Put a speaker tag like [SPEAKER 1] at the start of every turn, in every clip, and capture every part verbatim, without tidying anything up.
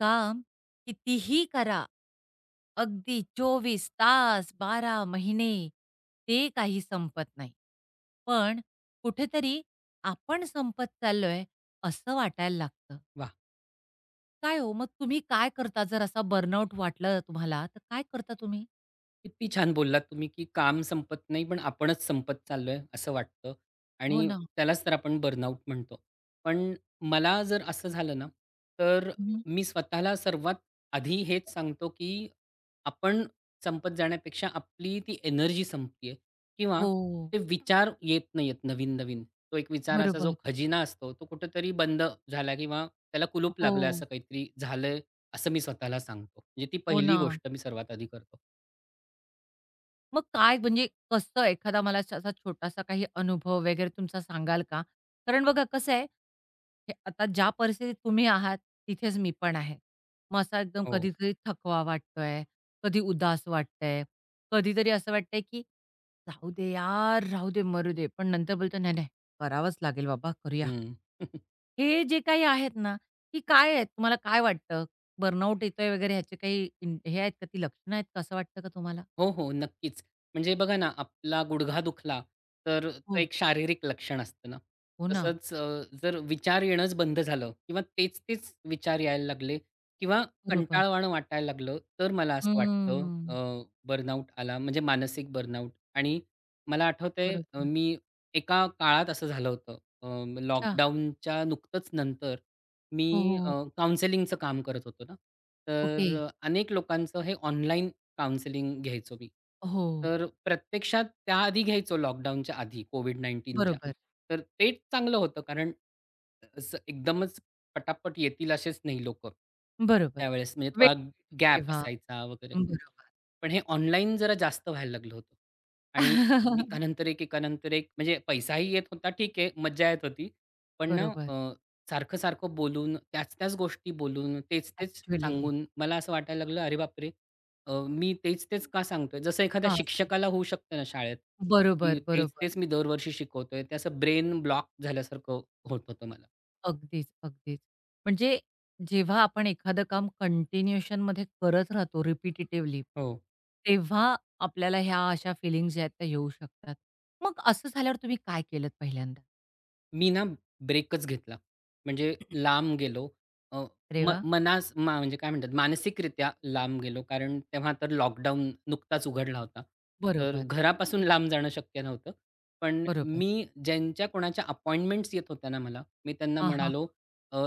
[SPEAKER 1] काम कितीही करा, अगदी चोवीस तास, बारा, महिने, ते काही संपत नाही. पण कुठेतरी आपण संपत चाललोय असं वाटायला लागतं.
[SPEAKER 2] वा,
[SPEAKER 1] काय हो, मग तुम्ही काय करता जर असा बर्नआउट वाटलं तुम्हाला, तर काय करता तुम्ही?
[SPEAKER 2] किती छान बोललात तुम्ही, की काम संपत नाही, पण आपणच संपत चाललोय असं वाटतं
[SPEAKER 1] हो
[SPEAKER 2] आणि
[SPEAKER 1] ना.
[SPEAKER 2] त्यालाच तर आपण बर्नआउट म्हणतो. पण मला जर असं झालं ना, तर
[SPEAKER 1] हं.
[SPEAKER 2] मी स्वतःला सर्वात आधी हेच सांगतो, की आपण संपत जाण्यापेक्षा आपली ती एनर्जी संपतीये किंवा
[SPEAKER 1] हो,
[SPEAKER 2] ते विचार येत नाहीयेत नवीन-नवीन. तो एक विचाराचा जो
[SPEAKER 1] बरोबर.
[SPEAKER 2] खजिना असतो, तो कुठेतरी बंद झाला किंवा त्याला कुलूप लागलं,
[SPEAKER 1] हो,
[SPEAKER 2] असं काहीतरी झालंय, असं मी स्वतःला सांगतो. म्हणजे ती
[SPEAKER 1] हो
[SPEAKER 2] पहिली
[SPEAKER 1] ना.
[SPEAKER 2] गोष्ट मी सर्वात आधी करतो.
[SPEAKER 1] मग काय म्हणजे कसं एखादा मला असा असा छोटासा काही अनुभव वगैरे तुमचा सांगाल का? कारण बघा कसं आहे, हे आता ज्या परिस्थितीत तुम्ही आहात, तिथेच मी पण आहे. मग असा एकदम
[SPEAKER 2] हो.
[SPEAKER 1] कधी-कधी थकवा वाटतोय, कधी उदास वाटतंय, कधीतरी असं वाटतंय, की "जाऊ दे यार, राहू दे, मरू दे." पण नंतर बोलतो, "नाही, नाही, करावंच लागेल बाबा, करूया."
[SPEAKER 2] हं.
[SPEAKER 1] हे जे काही आहेत ना, ही काय आहेत? तुम्हाला काय वाटतं? बर्नआउट येतोय वगैरे ह्याचे काही इन हे आहेत का, ती लक्षणं आहेत का? असं वाटतं का तुम्हाला?
[SPEAKER 2] हो, हो. नक्कीच. म्हणजे बघा ना, आपला गुडघा दुखला, तर तो
[SPEAKER 1] हो.
[SPEAKER 2] एक शारीरिक लक्षण असतं ना.
[SPEAKER 1] हो ना,
[SPEAKER 2] तसंच, अ, जर विचार येणंच बंद झालं किंवा तेच-तेच विचार यायला लागले किंवा
[SPEAKER 1] बरोबर.
[SPEAKER 2] कंटाळवाणं वाटायला लागलं, तर मला असं
[SPEAKER 1] हम्म.
[SPEAKER 2] वाटतं बर्नआउट आला म्हणजे मानसिक बर्नआउट. आणि मला आठवतंय, अ,
[SPEAKER 1] बरोबर.
[SPEAKER 2] मी एका काळात असं झालं होतं.
[SPEAKER 1] अच्छा.
[SPEAKER 2] लॉकडाऊनच्या नुकतंच नंतर
[SPEAKER 1] हो, हो,
[SPEAKER 2] मी
[SPEAKER 1] हो.
[SPEAKER 2] काउन्सेलिंगचं काम करत होतो ना.
[SPEAKER 1] ओके.
[SPEAKER 2] तर अनेक लोकांचं हे ऑनलाईन काउन्सिलिंग घ्यायचो मी.
[SPEAKER 1] हो.
[SPEAKER 2] तर प्रत्यक्षात त्याआधी घ्यायचो लॉकडाऊनच्या आधी COVID-19च्या.
[SPEAKER 1] बरोबर,
[SPEAKER 2] तर ते चांगलं होतं कारण असं एकदमच पटापट येतील असेच नाही लोकं.
[SPEAKER 1] बरोबर.
[SPEAKER 2] त्यावेळेस म्हणजे
[SPEAKER 1] वेळ
[SPEAKER 2] थोडा
[SPEAKER 1] मिळतो
[SPEAKER 2] गॅप
[SPEAKER 1] तेव्हा.
[SPEAKER 2] असायचा वगैरे.
[SPEAKER 1] बरोबर.
[SPEAKER 2] पण हे ऑनलाईन जरा जास्त व्हायला लागलं होतं. आणि एकानंतर एक, एकानंतर एक म्हणजे पैसाही येत होता, ठीक आहे, मज्जा येत होती. पण ना,
[SPEAKER 1] बरोबर.
[SPEAKER 2] अ, सारखं-सारखं बोलून, त्याच-त्याच गोष्टी बोलून, तेच-तेच
[SPEAKER 1] ॲक्चुअली
[SPEAKER 2] सांगून मला असं वाटायला लागलं, "अरे बापरे! अ, मी तेच-तेच का सांगतोय?" जसं एखाद्या
[SPEAKER 1] हां.
[SPEAKER 2] शिक्षकाला होऊ शकतं ना शाळेत,
[SPEAKER 1] बरोबर,
[SPEAKER 2] की
[SPEAKER 1] बरोबर.
[SPEAKER 2] तेच-तेच मी दरवर्षी शिकवतोय. ते असं ब्रेन ब्लॉक झाल्यासारखं होत होतं मला.
[SPEAKER 1] अगदीच, अगदीच. म्हणजे जेव्हा आपण एखादं काम कंटिन्यूएशनमध्ये करत राहतो रिपिटिटिव्हली,
[SPEAKER 2] हो.
[SPEAKER 1] तेव्हा आपल्याला ह्या अशा फीलिंग्ज आहेत त्या येऊ शकतात. मग असं झाल्यावर तुम्ही काय केलत पहिल्यांदा?
[SPEAKER 2] मी ना ब्रेकच घेतला. म्हणजे लांब गेलो. अ,
[SPEAKER 1] अरे
[SPEAKER 2] म
[SPEAKER 1] वाह!
[SPEAKER 2] मनास मा म्हणजे काय म्हणतात, मानसिकरित्या लांब गेलो. कारण तेव्हा तर लॉकडाऊन नुकताच उघडला होता. तर
[SPEAKER 1] बरोबर,
[SPEAKER 2] घरापासून लांब जाणं शक्य नव्हतं. पण
[SPEAKER 1] बरोबर.
[SPEAKER 2] मी ज्यांच्या कोणाच्या अपॉइंटमेंट्स येत होत्या ना मला, मी त्यांना
[SPEAKER 1] हां, हां.
[SPEAKER 2] म्हणालो, "अ,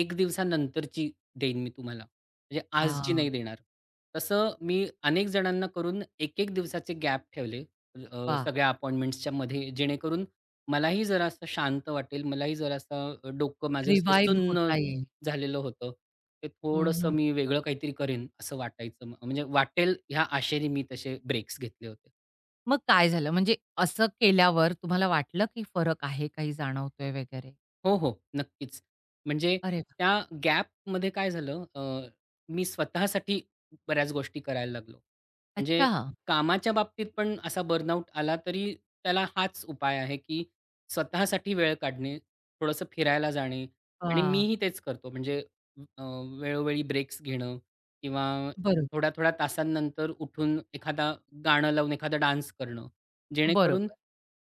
[SPEAKER 2] एक दिवसानंतरची देईन मी तुम्हाला. म्हणजे आजची
[SPEAKER 1] हां.
[SPEAKER 2] नाही देणार." तसं मी अनेक जणांना करून एक एक दिवसाचे गॅप ठेवले, अ,
[SPEAKER 1] वाह!
[SPEAKER 2] सगळ्या अपॉइंटमेंट्सच्या मध्ये, जेणेकरून मलाही जरासं शांत वाटेल, मलाही जरासं, अ, डोकं माझं ते
[SPEAKER 1] रिवाईव्ह
[SPEAKER 2] सुन्न
[SPEAKER 1] होता येईल.
[SPEAKER 2] झालेलं होतं. ते
[SPEAKER 1] हं,
[SPEAKER 2] थोडंसं
[SPEAKER 1] हं.
[SPEAKER 2] मी वेगळं काहीतरी करेन असं वाटायचं, म म्हणजे वाटेल ह्या आशेने मी तसे ब्रेक्स घेतले होते.
[SPEAKER 1] मग काय झालं? म्हणजे असं केल्यावर तुम्हाला वाटलं, की फरक आहे, काही जाणवतोय वगैरे?
[SPEAKER 2] हो, हो. नक्कीच. म्हणजे
[SPEAKER 1] अरे वाह!
[SPEAKER 2] त्या गॅपमध्ये काय झालं, अ, मी स्वतःसाठी बऱ्याच गोष्टी करायला लागलो. म्हणजे
[SPEAKER 1] अच्छा.
[SPEAKER 2] कामाच्या बाबतीत पण असा बर्नआउट आला तरी त्याला हाच उपाय आहे, की स्वतःसाठी वेळ काढणे, थोडंसं फिरायला जाणे आणि
[SPEAKER 1] हां.
[SPEAKER 2] मीही तेच करतो. म्हणजे अ, वेळोवेळी ब्रेक्स घेणं किंवा
[SPEAKER 1] बरोबर.
[SPEAKER 2] थोड्या-थोड्या तासांनंतर उठून एखादा गाणं लावून एखादा डान्स करणं. जेणेकरून
[SPEAKER 1] बरोबर.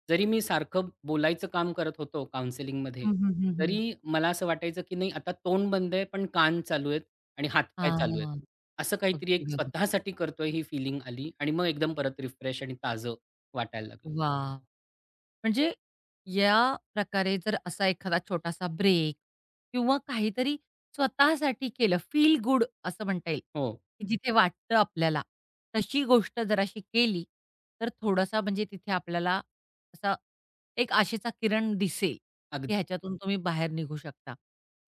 [SPEAKER 2] जरी मी सारखं बोलायचं काम करत होतो काउन्सिलिंगमध्ये,
[SPEAKER 1] हं, हं, हं, हं.
[SPEAKER 2] तरी मला असं वाटायचं, की नाही, आता तोंड बंद आहे, पण कान चालू आहेत आणि हातपाय चालू आहेत.
[SPEAKER 1] हां.
[SPEAKER 2] असं काहीतरी
[SPEAKER 1] अगदी
[SPEAKER 2] एक
[SPEAKER 1] बरोबर.
[SPEAKER 2] स्वतःसाठी करतोय ही फिलिंग आली आणि मग एकदम परत रिफ्रेश आणि ताजं वाटायला लागलं.
[SPEAKER 1] वाह! म्हणजे या प्रकारे जर असा एखादा छोटासा ब्रेक किंवा काहीतरी स्वतःसाठी केलं, फील गुड असं म्हणता येईल,
[SPEAKER 2] हो,
[SPEAKER 1] की हं. जिथे वाटतं आपल्याला, तशी गोष्ट जराशी केली, तर थोडासा म्हणजे तिथे आपल्याला असा एक आशेचा किरण दिसेल, की
[SPEAKER 2] अगदी.
[SPEAKER 1] ह्याच्यातून तुम्ही बाहेर निघू शकता.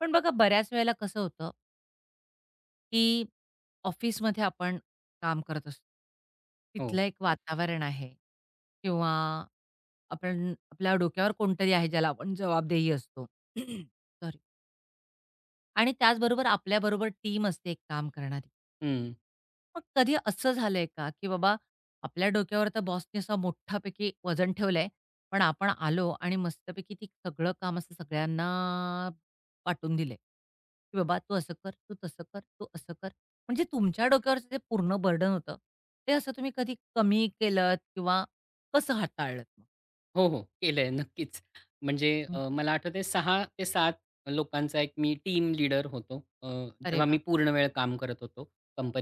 [SPEAKER 1] पण बघा बऱ्याच वेळेला कसं होतं, की ऑफिसमध्ये आपण काम करत असतो.
[SPEAKER 2] हो.
[SPEAKER 1] तिथलं एक वातावरण आहे किंवा आपण आपल्या डोक्यावर कोणतरी आहे ज्याला आपण जबाबदेही असतो. सॉरी आणि त्याचबरोबर आपल्याबरोबर टीम असते एक काम करणारी.
[SPEAKER 2] हं.
[SPEAKER 1] मग कधी असं झालंय का, की बाबा आपल्या डोक्यावर तर बॉसने असा मोठापैकी वजन ठेवलंय, पण आपण आलो आणि मस्तपैकी ती सगळं काम असं सगळ्यांना वाटून दिलंय, की बाबा तू असं कर, तू तसं कर, तू असं कर. म्हणजे तुमच्या डोक्यावरचं जे पूर्ण बर्डन होतं, ते असं तुम्ही कधी कमी केलत किंवा कसं हाताळलत मग?
[SPEAKER 2] हो, हो. केलंय नक्कीच. म्हणजे, अ, मला आठवतंय सहा ते सात लोकांचा एक मी टीम लीडर होतो, अ,
[SPEAKER 1] अरे
[SPEAKER 2] जेव्हा
[SPEAKER 1] वाह!
[SPEAKER 2] मी पूर्णवेळ काम करत होतो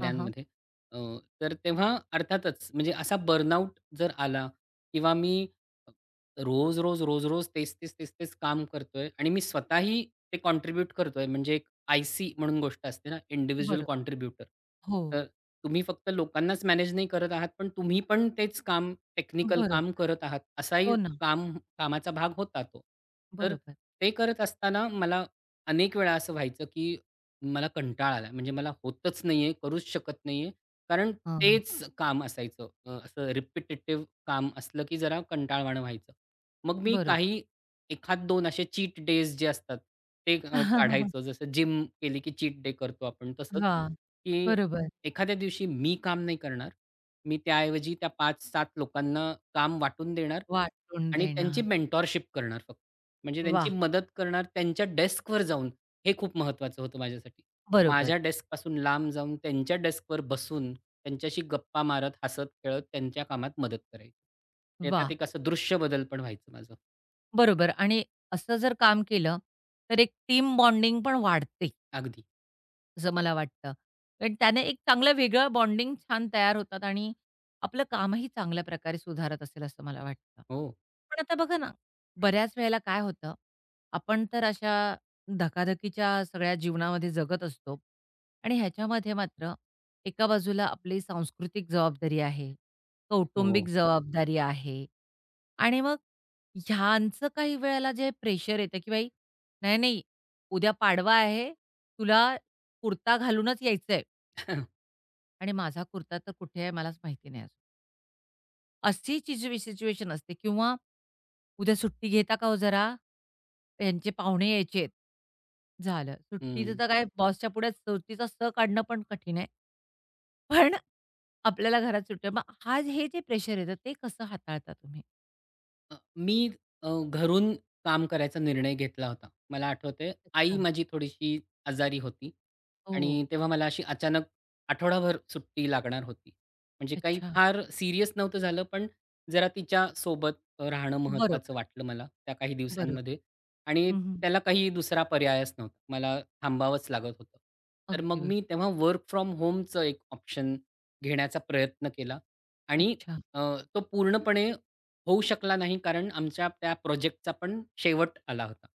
[SPEAKER 1] हां, हां.
[SPEAKER 2] अ, तर तेव्हा अर्थातच म्हणजे असा बर्नआउट जर आला किंवा मी रोज-रोज, रोज-रोज तेच-तेच, तेच-तेच काम करतोय आणि मी स्वतःही ते कॉन्ट्रिब्यूट करतोय, म्हणजे एक आय-सी म्हणून गोष्ट असते ना, इंडिव्हिज्युअल
[SPEAKER 1] बरोबर.
[SPEAKER 2] कॉन्ट्रिब्युटर.
[SPEAKER 1] हो,
[SPEAKER 2] तर तुम्ही फक्त लोकांनाच मॅनेज नाही करत आहात, पण तुम्ही पण तेच काम, टेक्निकल काम
[SPEAKER 1] बरोबर.
[SPEAKER 2] करत आहात,
[SPEAKER 1] हो
[SPEAKER 2] असाही
[SPEAKER 1] ना,
[SPEAKER 2] काम कामाचा भाग होता तो. तर
[SPEAKER 1] बरोबर.
[SPEAKER 2] ते करत असताना मला अनेक वेळा असं व्हायचं, की मला कंटाळा आला. म्हणजे मला होतच नाहीये, करूच शकत नाहीये. कारण
[SPEAKER 1] हां.
[SPEAKER 2] तेच काम असायचं. अ, असं रिपिटेटिव्ह काम असलं, की जरा कंटाळवाणं व्हायचं. मग मी
[SPEAKER 1] बरोबर.
[SPEAKER 2] काही एक दोन असे चीट डेज जे असतात, ते, अ, काढायचो. जसं जिम केली, की चीट डे करतो आपण, तसंच,
[SPEAKER 1] वाह!
[SPEAKER 2] की
[SPEAKER 1] बरोबर.
[SPEAKER 2] एखाद्या दिवशी मी काम नाही करणार. मी त्याऐवजी त्या पाच सात लोकांना काम वाटून देणार
[SPEAKER 1] वाटून
[SPEAKER 2] आणि
[SPEAKER 1] देणार.
[SPEAKER 2] त्यांची मेंटॉरशिप करणार फक्त. म्हणजे त्यांची
[SPEAKER 1] वाह!
[SPEAKER 2] मदत करणार त्यांच्या डेस्कवर जाऊन. हे खूप महत्त्वाचं होतं माझ्यासाठी.
[SPEAKER 1] बरोबर.
[SPEAKER 2] माझ्या डेस्कपासून लांब जाऊन त्यांच्या डेस्कवर बसून, त्यांच्याशी गप्पा मारत, हसत-खेळत त्यांच्या कामात मदत करायची.
[SPEAKER 1] वाह!
[SPEAKER 2] त्याच्यात एक असं दृश्य बदल पण व्हायचं माझं.
[SPEAKER 1] बरोबर आणि असं जर काम केलं, तर एक टीम बॉन्डिंग पण वाढते.
[SPEAKER 2] अगदी.
[SPEAKER 1] असं मला वाटतं. कारण त्याने एक चांगलं वेगळं बॉन्डिंग छान तयार होतात आणि आपलं कामही चांगल्या प्रकारे सुधारत असेल असं मला वाटतं.
[SPEAKER 2] हो.
[SPEAKER 1] पण आता बघा ना, बऱ्याच वेळेला काय होतं, आपण तर अशा धकाधकीच्या सगळ्या जीवनामध्ये जगत असतो आणि ह्याच्यामध्ये मात्र एका बाजूला आपली सांस्कृतिक जबाबदारी आहे,
[SPEAKER 2] हो.
[SPEAKER 1] कौटुंबिक जबाबदारी आहे आणि मग ह्यांचं काही वेळेला जे प्रेशर येतं, की "बाई नाही, नाही, उद्या पाडवा आहे, तुला कुर्ता घालूनच यायचंय आणि माझा कुर्ता तर कुठे आहे मलाच माहिती नाही अजून. अशी जी सिच्युएशन असते किंवा "उद्या सुट्टी घेता का हो जरा? यांचे पाहुणे यायचेत." झालं. सुट्टीचं
[SPEAKER 2] हं.
[SPEAKER 1] तर काय बॉसच्या पुढे सुट्टीचा "स" काढणं पण कठीण आहे. पण आपल्याला घरात सुट्टी आहे. मग हा हे जे प्रेशर येतं ते कसं हाताळता तुम्ही?
[SPEAKER 2] अ, मी, अ, घरून काम करायचा निर्णय घेतला होता. मला आठवतंय, आई
[SPEAKER 1] अच्छा.
[SPEAKER 2] माझी थोडीशी आजारी होती
[SPEAKER 1] हो.
[SPEAKER 2] आणि तेव्हा मला अशी अचानक आठवडाभर सुट्टी लागणार होती. म्हणजे काही
[SPEAKER 1] अच्छा.
[SPEAKER 2] फार सीरियस नव्हतं झालं, पण जरा तिच्यासोबत, अ, राहणं महत्त्वाचं
[SPEAKER 1] बरोबर,
[SPEAKER 2] वाटलं मला त्या काही
[SPEAKER 1] बरोबर.
[SPEAKER 2] दिवसांमध्ये आणि
[SPEAKER 1] हं, हं.
[SPEAKER 2] त्याला काही दुसरा पर्यायच नव्हता. मला थांबावंच लागत होतं. तर
[SPEAKER 1] अगदी
[SPEAKER 2] मग
[SPEAKER 1] बरोबर.
[SPEAKER 2] मी तेव्हा वर्क फ्रॉम होमचं एक ऑप्शन घेण्याचा प्रयत्न केला आणि
[SPEAKER 1] अच्छा.
[SPEAKER 2] अ, तो पूर्णपणे होऊ शकला नाही कारण आमच्या त्या प्रोजेक्टचा पण शेवट आला होता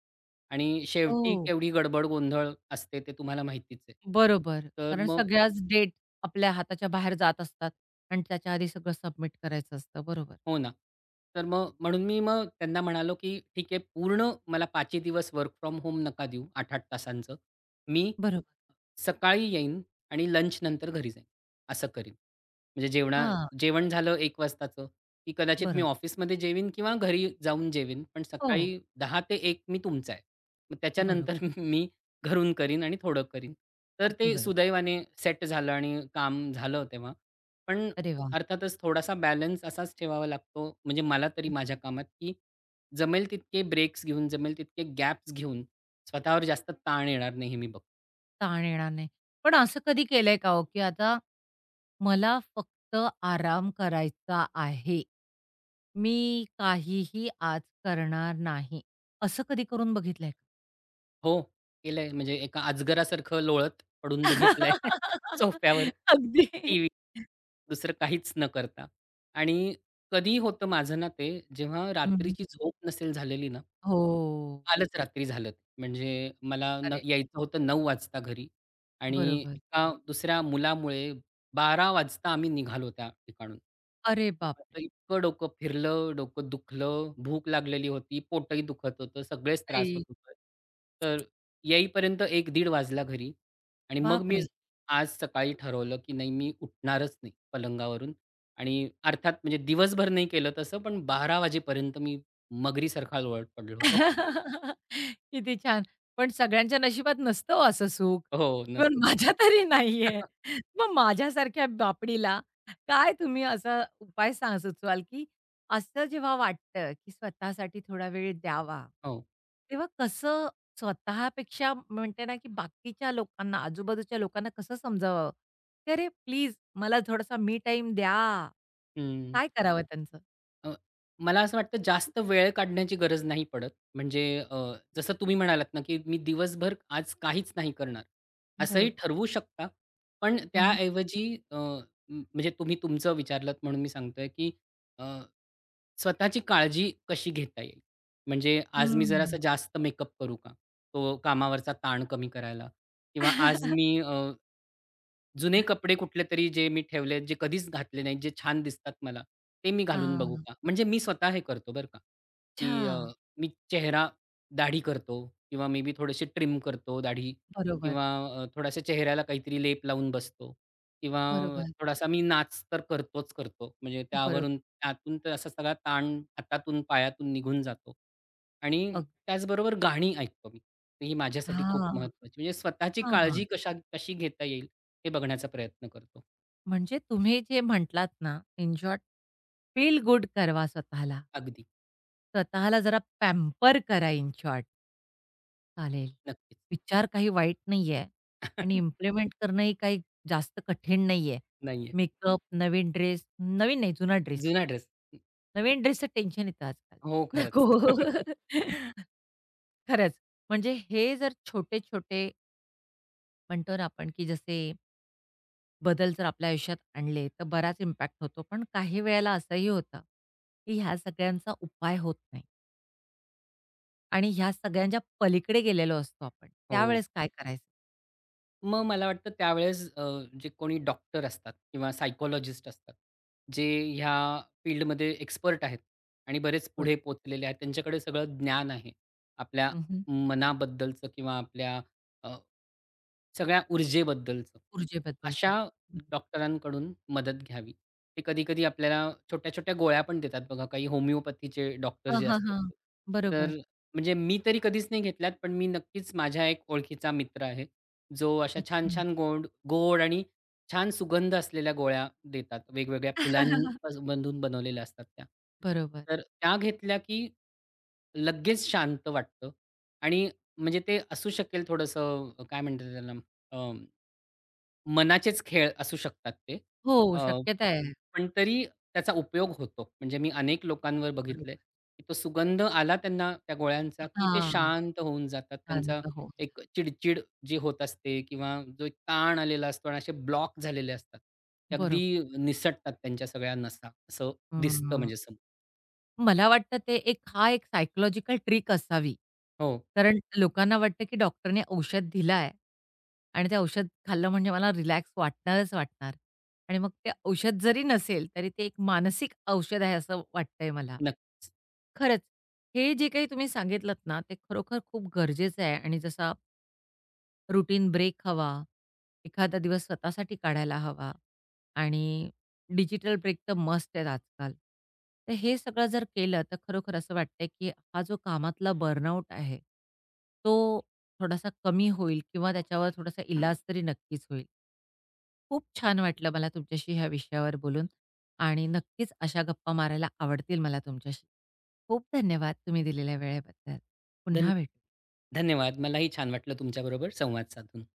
[SPEAKER 2] आणि शेवटी
[SPEAKER 1] हो.
[SPEAKER 2] केवढी गडबड गोंधळ असते ते तुम्हाला माहितीच आहे.
[SPEAKER 1] बरोबर.
[SPEAKER 2] तर
[SPEAKER 1] कारण
[SPEAKER 2] मग
[SPEAKER 1] सगळ्याच डेट आपल्या हाताच्या बाहेर जात असतात आणि त्याच्या आधी सगळं सबमिट करायचं असतं. बरोबर.
[SPEAKER 2] हो ना. तर मग म्हणून मी मग त्यांना म्हणालो, की "ठीक आहे, पूर्ण मला पाचही दिवस वर्क फ्रॉम होम नका देऊ आठ आठ तासांचं. मी
[SPEAKER 1] बरोबर.
[SPEAKER 2] सकाळी येईन आणि लंचनंतर घरी जाईन, असं करीन." म्हणजे जेवणा
[SPEAKER 1] हां,
[SPEAKER 2] जेवण झालं एक वाजताचं, की कदाचित मी
[SPEAKER 1] बरोबर.
[SPEAKER 2] ऑफिसमध्ये जेवीन किंवा घरी जाऊन जेवीन. पण
[SPEAKER 1] हो,
[SPEAKER 2] सकाळी दहा ते एक मी तुमचा आहे. मग त्याच्यानंतर
[SPEAKER 1] बरोबर.
[SPEAKER 2] मी घरून करीन आणि थोडं करीन. तर
[SPEAKER 1] अगदी
[SPEAKER 2] ते
[SPEAKER 1] बरोबर.
[SPEAKER 2] सुदैवाने सेट झालं आणि काम झालं तेव्हा. पण
[SPEAKER 1] अरे वाह!
[SPEAKER 2] अर्थातच थोडासा बॅलन्स असाच ठेवावा लागतो, म्हणजे मला तरी माझ्या कामात, की जमेल तितके ब्रेक्स घेऊन, जमेल तितके गॅप्स घेऊन स्वतःवर जास्त ताण येणार नाही हे मी बघतो.
[SPEAKER 1] ताण येणार नाही. पण असं कधी केलंय का हो, की आता मला फक्त आराम करायचा आहे. मी काहीही आज करणार नाही. असं कधी करून बघितलंय का?
[SPEAKER 2] हो, केलंय. म्हणजे एका अजगरासारखं लोळत पडून बघितलंय सोफ्यावर,
[SPEAKER 1] अगदी.
[SPEAKER 2] टीव्ही, दुसरं काहीच न करता. आणि कधी होतं माझं ना ते, जेव्हा
[SPEAKER 1] हं,
[SPEAKER 2] रात्रीची झोप नसेल झालेली ना,
[SPEAKER 1] हो.
[SPEAKER 2] कालच रात्री झालं ते. म्हणजे मला न
[SPEAKER 1] अरे,
[SPEAKER 2] यायचं होतं नऊ वाजता घरी आणि
[SPEAKER 1] बरोबर.
[SPEAKER 2] एका दुसऱ्या मुलामुळे बारा वाजता आम्ही निघालो त्या ठिकाणून.
[SPEAKER 1] अरे बापरे!
[SPEAKER 2] माझं इतकं डोकं फिरलं, डोकं दुखलं, भूक लागलेली होती, पोटही दुखत होतं, सगळेच त्रास होत
[SPEAKER 1] आई,
[SPEAKER 2] होते. तर येईपर्यंत एक दीड वाजला घरी आणि मग मी
[SPEAKER 1] बापरे!
[SPEAKER 2] आज सकाळी ठरवलं, की नाही, मी उठणारच नाही पलंगावरून आणि अर्थात म्हणजे दिवसभर नाही केलं तसं, पण बारा वाजेपर्यंत मी मगरीसारखा लोळत पडलो होतो.
[SPEAKER 1] किती छान. पण सगळ्यांच्या नशिबात नसतं हो असं सुख.
[SPEAKER 2] हो, नस
[SPEAKER 1] इव्हन माझ्या तरी नाहीये. मग माझ्यासारख्या बापडीला काय तुम्ही असा उपाय सांग सुचवाल, की असं जेव्हा वाटतं, की स्वतःसाठी थोडा वेळ द्यावा,
[SPEAKER 2] हो.
[SPEAKER 1] तेव्हा कसं स्वतःपेक्षा म्हणते ना, की बाकीच्या लोकांना, आजूबाजूच्या लोकांना कसं समजावावं, की "अरे प्लीज मला थोडासा मी टाईम द्या."
[SPEAKER 2] हं.
[SPEAKER 1] काय करावं त्यांचं?
[SPEAKER 2] अ, मला असं वाटतं जास्त वेळ काढण्याची गरज नाही पडत. म्हणजे, अ, जसं तुम्ही म्हणालात ना, की मी दिवसभर आज काहीच नाही करणार, असंही
[SPEAKER 1] बरोबर.
[SPEAKER 2] ठरवू शकता. पण त्याऐवजी, अ, म म्हणजे तुम्ही तुमचं विचारलत म्हणून मी सांगतोय, की, अ, स्वतःची काळजी कशी घेता येईल? म्हणजे आज मी जरासा
[SPEAKER 1] हम्म.
[SPEAKER 2] जास्त मेकअप करू का? तो कामावरचा ताण कमी करायला, किंवा आज मी जुने कपडे कुठले तरी जे मी ठेवलेत, जे कधीच घातले नाहीत, जे छान दिसतात मला, ते मी घालून
[SPEAKER 1] आ,
[SPEAKER 2] बघू का? म्हणजे मी स्वतः हे करतो बरं का, की, अ,
[SPEAKER 1] अच्छा.
[SPEAKER 2] मी चेहरा दाढी करतो किंवा मे बी थोडेसे ट्रिम करतो दाढी
[SPEAKER 1] बरोबर,
[SPEAKER 2] किंवा, अ, थोडासा चेहऱ्याला काहीतरी लेप लावून बसतो किंवा
[SPEAKER 1] बरोबर,
[SPEAKER 2] थोडासा मी नाच तर करतोच करतो. म्हणजे
[SPEAKER 1] बरोबर.
[SPEAKER 2] त्यावरून त्यातून तर असा सगळा ताण हातातून, पायातून निघून जातो आणि
[SPEAKER 1] अगदी.
[SPEAKER 2] त्याचबरोबर गाणी ऐकतो मी. ही माझ्यासाठी खूप
[SPEAKER 1] हां,
[SPEAKER 2] महत्त्वाची, म्हणजे स्वतःची काळजी
[SPEAKER 1] हां.
[SPEAKER 2] कशा कशी घेता येईल हे बघण्याचा प्रयत्न करतो.
[SPEAKER 1] म्हणजे तुम्ही जे म्हटलात ना, इन शॉर्ट फील गुड करवा स्वतःला.
[SPEAKER 2] अगदी.
[SPEAKER 1] स्वतःला जरा पॅम्पर करा इन शॉर्ट. चालेल.
[SPEAKER 2] नक्कीच.
[SPEAKER 1] विचार काही वाईट नाहीये आणि इम्प्लिमेंट करणंही काही जास्त कठीण नाहीये.
[SPEAKER 2] नाहीये.
[SPEAKER 1] मेकअप, नवीन ड्रेस, नवीन नाही जुना ड्रेस.
[SPEAKER 2] जुना ड्रेस.
[SPEAKER 1] नवीन ड्रेसचं टेन्शन येतं आजकाल.
[SPEAKER 2] हो, खरंच.
[SPEAKER 1] नको. खरंच. म्हणजे हे जर छोटे-छोटे म्हणतो ना आपण, की जसे बदल जर आपल्या आयुष्यात आणले, तर बराच इम्पॅक्ट होतो. पण काही वेळेला असंही होतं, की ह्या सगळ्यांचा उपाय होत नाही आणि ह्या सगळ्यांच्या पलीकडे गेलेलो असतो आपण.
[SPEAKER 2] हो.
[SPEAKER 1] त्यावेळेस काय करायचं?
[SPEAKER 2] मग मला वाटतं त्यावेळेस, अ, जे कोणी डॉक्टर असतात किंवा सायकॉलॉजिस्ट असतात, जे ह्या फील्डमध्ये एक्सपर्ट आहेत आणि बरेच
[SPEAKER 1] बरं.
[SPEAKER 2] पुढे पोहोचलेले आहेत. त्यांच्याकडे सगळं ज्ञान आहे, आपल्या
[SPEAKER 1] हं, हं.
[SPEAKER 2] मनाबद्दलचं किंवा आपल्या सगळ्या ऊर्जेबद्दलचं. अशा
[SPEAKER 1] ऊर्जेबद्दलचं. हं.
[SPEAKER 2] डॉक्टरांकडून मदत घ्यावी. ते कधी-कधी आपल्याला छोट्या-छोट्या गोळ्या पण देतात बघा, काही होमिओपॅथीचे डॉक्टर
[SPEAKER 1] हां,
[SPEAKER 2] जे असतात
[SPEAKER 1] हां,
[SPEAKER 2] ते. तर
[SPEAKER 1] बरोबर.
[SPEAKER 2] म्हणजे मी तरी कधीच नाही घेतल्यात, पण मी नक्कीच, माझ्या एक ओळखीचा मित्र आहे, जो अशा
[SPEAKER 1] अच्छा.
[SPEAKER 2] छान-छान गोड गोड आणि छान सुगंध असलेल्या गोळ्या देतात. वेगवेगळ्या फुलांमधून बनवलेल्या असतात त्या.
[SPEAKER 1] बरोबर.
[SPEAKER 2] तर त्या घेतल्या की लगेच शांत वाटतं आणि म्हणजे ते असू शकेल थोडंसं, अ, काय म्हणतात त्याला, अ, मनाचेच खेळ असू शकतात ते.
[SPEAKER 1] हो,
[SPEAKER 2] अ,
[SPEAKER 1] शक्यता आहे.
[SPEAKER 2] पण तरी त्याचा उपयोग होतो. म्हणजे मी अनेक लोकांवर
[SPEAKER 1] बरोबर.
[SPEAKER 2] बघितलंय, की तो सुगंध आला त्यांना त्या गोळ्यांचा, की ते
[SPEAKER 1] हां.
[SPEAKER 2] शांत होऊन जातात. त्यांचा
[SPEAKER 1] शांत होऊन.
[SPEAKER 2] एक चिडचिड जी होत असते किंवा जो एक ताण आलेला असतो आणि असे ब्लॉक झालेले असतात. ते अगदी
[SPEAKER 1] बरोबर.
[SPEAKER 2] निसटतात त्यांच्या सगळ्या नसा असं दिसतं
[SPEAKER 1] हं.
[SPEAKER 2] म्हणजे समोर.
[SPEAKER 1] मला वाटतं ते एक हा एक सायकॉलॉजिकल ट्रिक असावी.
[SPEAKER 2] हो,
[SPEAKER 1] कारण लोकांना वाटतं, की डॉक्टरने औषध दिलं आहे आणि ते औषध खाल्लं म्हणजे मला रिलॅक्स वाटणारच वाटणार आणि मग ते औषध जरी नसेल, तरी ते एक मानसिक औषध आहे असं वाटतंय मला.
[SPEAKER 2] नक्कीच.
[SPEAKER 1] खरंच, हे जे काही तुम्ही सांगितलत ना, ते खरोखर खूप गरजेचं आहे आणि जसा रुटीन ब्रेक हवा, एखादा दिवस स्वतःसाठी काढायला हवा आणि डिजिटल ब्रेक तर मस्त आहेत आजकाल. तर हे सगळं जर केलं तर खरोखर असं वाटतंय, की हा जो कामातला बर्नआउट आहे, तो थोडासा कमी होईल किंवा त्याच्यावर थोडासा इलाज तरी नक्कीच होईल. खूप छान वाटलं मला तुमच्याशी ह्या विषयावर बोलून आणि नक्कीच अशा गप्पा मारायला आवडतील मला तुमच्याशी. खूप धन्यवाद तुम्ही दिलेल्या वेळेबद्दल.
[SPEAKER 2] धन
[SPEAKER 1] पुन्हा भेटू.
[SPEAKER 2] धन्यवाद. मलाही छान वाटलं तुमच्याबरोबर संवाद साधून.